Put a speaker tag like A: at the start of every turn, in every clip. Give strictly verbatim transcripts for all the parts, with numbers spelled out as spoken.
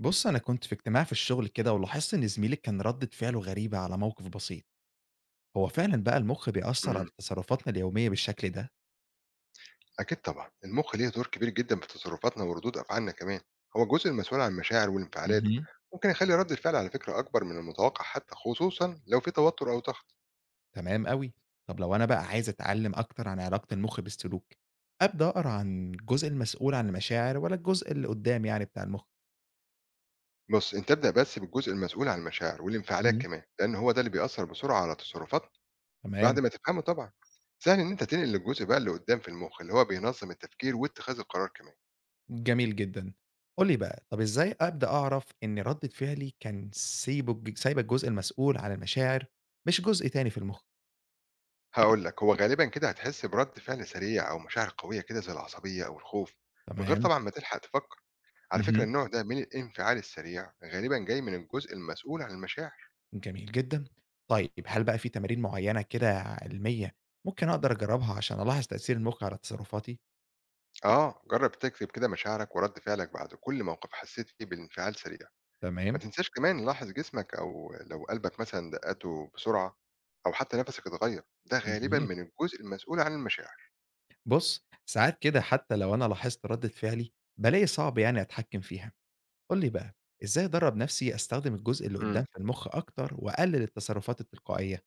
A: بص أنا كنت في اجتماع في الشغل كده ولاحظت إن زميلي كان ردة فعله غريبة على موقف بسيط، هو فعلا بقى المخ بيأثر على
B: إمم،
A: تصرفاتنا اليومية بالشكل ده؟
B: أكيد طبعًا، المُخ ليه دور كبير جدًا في تصرُّفاتنا وردود أفعالنا كمان، هو الجزء المسؤول عن المشاعر والانفعالات،
A: مهم.
B: ممكن يخلّي رَدّ الفعل على فكرة أكبر من المتوقع حتى، خصوصًا لو في توتُّر أو ضغط.
A: تمام أوي، طب لو أنا بقى عايز أتعلم أكتر عن علاقة المخ بالسلوك، أبدأ أقرأ عن الجزء المسؤول عن المشاعر ولا الجزء اللي قدام يعني بتاع المخ؟
B: بُص، أنت ابدأ بس بالجزء المسؤول عن المشاعر والانفعالات
A: مهم.
B: كمان، لإن هو ده اللي بيأثّر بسرعة على تصرُّفاتنا بعد
A: تمام،
B: ما تفهمه طبعًا. سهل إن أنت تنقل للجزء بقى اللي قُدّام في المُخ، اللي هو بينظّم التفكير واتخاذ القرار كمان.
A: جميل جدا. قول لي بقى طب إزاي أبدأ أعرف إن ردة فعلي كان سايبه سايبة الجزء المسؤول عن المشاعر مش جزء تاني في المخ؟
B: هاقول لك، هو غالبًا كده هتحس برَدّ فعل سريع أو مشاعر قوية كده زي العصبية أو الخوف، من غير
A: تمام؟
B: طبعًا ما تلحق تفكّر. على فكرة
A: مهم.
B: النوع ده من الانفعال السريع غالبا جاي من الجزء المسؤول عن المشاعر.
A: جميل جدًا. طيب هل بقى في تمارين معيّنة كده علمية ممكن أقدر أجرّبها عشان ألاحظ تأثير المخ على تصرفاتي؟
B: اه جرب تكتب كده مشاعرك ورد فعلك بعد كل موقف حسيت فيه بالانفعال سريع. ما
A: تمام.
B: تنساش كمان لاحظ جسمك او لو قلبك مثلا دقته بسرعة او حتى نفسك اتغير، ده غالبا
A: جميل.
B: من الجزء المسؤول عن المشاعر.
A: بُص، ساعات كده حتى لو أنا لاحظت ردة فعلي، بالاقي صعب يعني أتحكّم فيها. قُل لي بقى، إزاي أدرّب نفسي أستخدم الجزء اللي قدّام
B: امم
A: في المخ أكتر وأقلل التصرفات التلقائية؟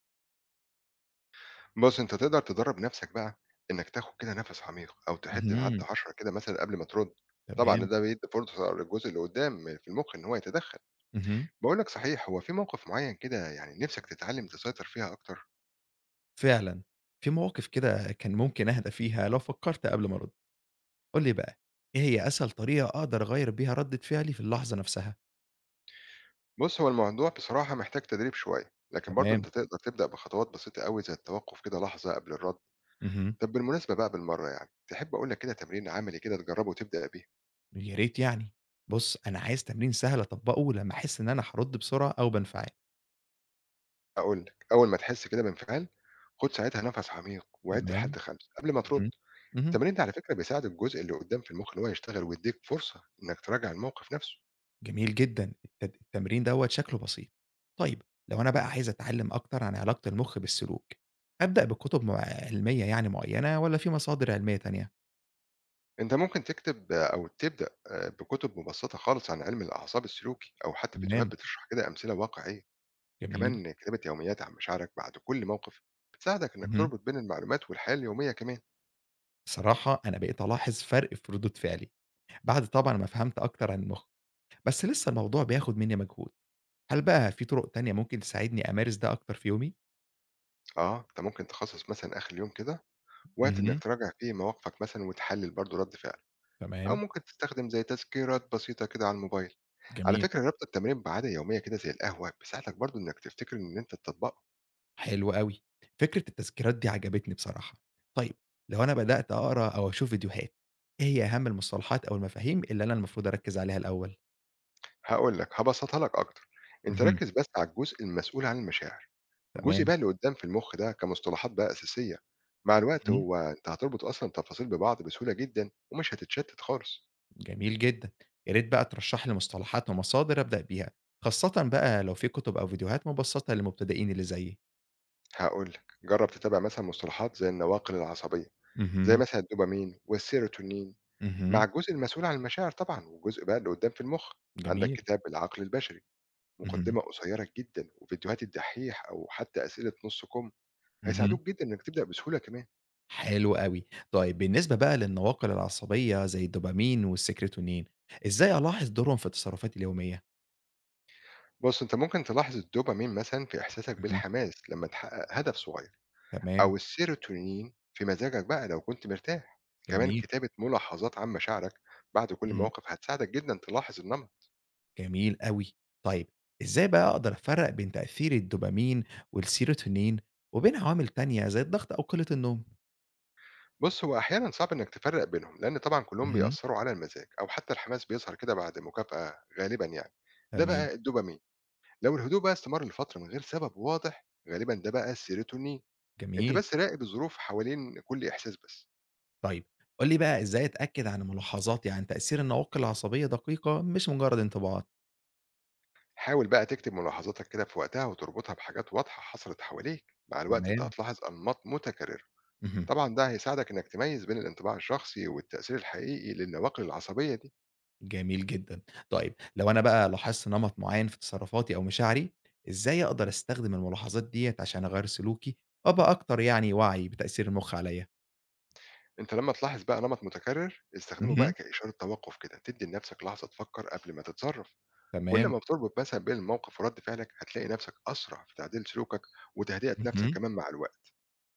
B: بص انت تقدر تدرب نفسك بقى انك تاخد كده نفس عميق او تحد
A: اهم،
B: لعد عشرة كده مثلا قبل ما ترد. طبعا
A: تمام.
B: ده بيدي فرصة للجزء اللي قدام في المخ ان هو يتدخل.
A: اهم.
B: بقول لك صحيح، هو في موقف معين كده يعني نفسك تتعلم تسيطر فيها اكتر.
A: فعلًا، في مواقف كده كان ممكن أهدى فيها لو فكّرت قبل ما أرُد. قُل لي بقى، إيه هي أسهل طريقة أقدر أغيّر بيها ردة فعلي في اللحظة نفسها؟
B: بص هو الموضوع بصراحة محتاج تدريب شوية، لكن برضه
A: تمام،
B: انت تقدر تبدأ بخطوات بسيطة قوي زي التوقف كده لحظة قبل الرد.
A: اهم،
B: طب بالمناسبة بقى بالمرة يعني تحب اقول لك كده تمرين عملي كده تجربه وتبدأ بيه.
A: يا ريت يعني. بُص، أنا عايز تمرين سهل أطبّقه لمّا أحس إن أنا هارُد بسرعة أو بانفعل.
B: اقول لك اول ما تحس كده بانفعال، خد ساعتها نفس عميق وعد
A: تمام.
B: لحد خمسة قبل ما ترد.
A: اهم، اهم،
B: التمرين ده على فكرة بيساعد الجزء اللي قدام في المخ ان هو يشتغل ويديك فرصة انك تراجع الموقف نفسه.
A: جميل جدًا، الت التمرين دوّة شكله بسيط. طيب، لو أنا بقى عايز أتعلّم أكتر عن علاقة المُخ بالسلوك، أبدأ بكُتب مع علمية يعني معيّنة والّا في مصادر علمية تانية؟
B: أنت ممكن تكتب أو تبدأ آآ بكتب مبسطة خالص عن علم الأعصاب السلوكي، أو حتى فيديوهات
A: تمام،
B: بتشرح كده أمثلة واقعية،
A: جميل.
B: كمان كتابة يوميات عن مشاعرك بعد كل موقف بتساعدك إنك
A: اهم.
B: تربط بين المعلومات والحياة اليومية كمان.
A: الصراحة أنا بقيت ألاحظ فرق في ردود فعلي، بعد طبعًا ما فهمت أكتر عن المُخ، بس لسه الموضوع بياخد منّي مجهود. هل بقى في طرق تانية ممكن تساعدني أمارس ده أكتر في يومي؟
B: آه أنت ممكن تخصص مثلًا آخر اليوم كده وقت إنك
A: اهم،
B: تراجع فيه مواقفك مثلًا وتحلل برضه رد فعلك، أو
A: تمام،
B: ممكن تستخدم زي تذكيرات بسيطة كده على الموبايل. على
A: جميل.
B: فكرة ربط التمرين بعادة يومية كده زي القهوة بيساعدك برضه إنك تفتكر إن أنت تطبقه.
A: حلو أوي، فكرة التذكيرات دي عجبتني بصراحة. طيب لو أنا بدأت أقرا أو أشوف فيديوهات، إيه هي أهم المصطلحات أو المفاهيم اللي أنا المفروض أركز عليها الأول؟
B: هاقول لك هابسطها لك أكتر، أنت
A: اهم،
B: ركز بس على الجزء المسؤول عن المشاعر. الجزء
A: تمام،
B: بقى اللي قدّام في المُخ ده كمصطلحات بقى أساسية، مع الوقت
A: اهم.
B: هو أنت هتربط أصلًا التفاصيل ببعض بسهولة جدًا ومش هتتشتت خالص.
A: جميل جدًا، يا ريت بقى ترشح لي مصطلحات ومصادر أبدأ بيها، خاصةً بقى لو في كتب أو فيديوهات مبسطة للمبتدئين اللي زيي.
B: هاقول لك، جرّب تتابع مثلًا مصطلحات زي النواقل العصبية، زي
A: اهم،
B: مثلًا الدوبامين والسيروتونين، مع
A: اهم،
B: الجزء المسؤول عن المشاعر طبعًا، والجزء بقى اللي قدّام في المُخ. عندك
A: جميل،
B: كتاب العقل البشري،
A: اهم،
B: مقدمة قصيرة جدًا وفيديوهات الدحّيح أو حتى أسئلة نُص كُم،
A: اهم.
B: هيساعدوك جدًا إنك تبدأ بسهولة كمان.
A: حلو أوي. طيب بالنسبة بقى للنواقل العصبية زي الدوبامين والسيكريتونين، إزاي ألاحظ دورهم في تصرفاتي اليومية؟
B: بُص، أنت ممكن تلاحظ الدوبامين مثلًا في إحساسك
A: اهم،
B: بالحماس لمّا تحقق هدف صغير.
A: تمام،
B: أو السيروتونين في مزاجك بقى لو كنت مرتاح. كمان
A: جميل،
B: كتابة ملاحظات عن مشاعرك بعد كل
A: اهم،
B: موقف هتساعدك جدا تلاحظ النمط.
A: جميل أوي. طيب إزاي بقى أقدر أفرّق بين تأثير الدوبامين والسيروتونين وبين عوامل تانية زي الضغط أو قلة النوم؟
B: بص هو أحيانا صعب إنك تفرق بينهم لأن طبعا كلهم
A: اهم،
B: بيأثروا على المزاج، أو حتى الحماس بيظهر كده بعد مكافأة غالبا يعني، ده
A: تمام،
B: بقى الدوبامين. لو الهدوء بقى استمر لفترة من غير سبب واضح غالبا ده بقى السيروتونين. أنت
A: جميل.
B: بس راقب الظروف حوالين كل إحساس بس.
A: طيب قُل لي بقى إزاي أتأكد عن ملاحظاتي عن تأثير النواقل العصبية دقيقة مش مجرد انطباعات؟
B: حاول بقى تكتب ملاحظاتك كده في وقتها وتربطها بحاجات واضحة حصلت حواليك، مع الوقت أنت
A: تمام،
B: هتلاحظ أنماط متكررة.
A: اهم.
B: طبعًا ده هيساعدك إنك تميّز بين الانطباع الشخصي والتأثير الحقيقي للنواقل العصبية دي.
A: جميل جدًا. طيب لو أنا بقى لاحظت نمط معيّن في تصرفاتي أو مشاعري، إزاي أقدر أستخدم الملاحظات ديّة عشان أغيّر سلوكي، وأبقى أكتر يعني وعي بتأثير المُخ عليّا؟
B: أنت لمّا تلاحظ بقى نمط متكرر، استخدمه بقى
A: اهم،
B: كإشارة توقف كده، تدّي لنفسك لحظة تفكّر قبل ما تتصرّف. كل
A: تمام،
B: ما بتربط مثلًا بين الموقف ورد فعلك هتلاقي نفسك أسرع في تعديل سلوكك وتهدئة نفسك
A: اهم،
B: كمان مع الوقت.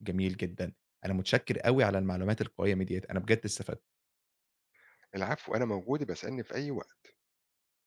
A: جميل جدًا. أنا متشكر أوي على المعلومات القيّمة ديّة، أنا بجد استفدت.
B: العفو أنا موجود، يبقى اسألني في أي وقت.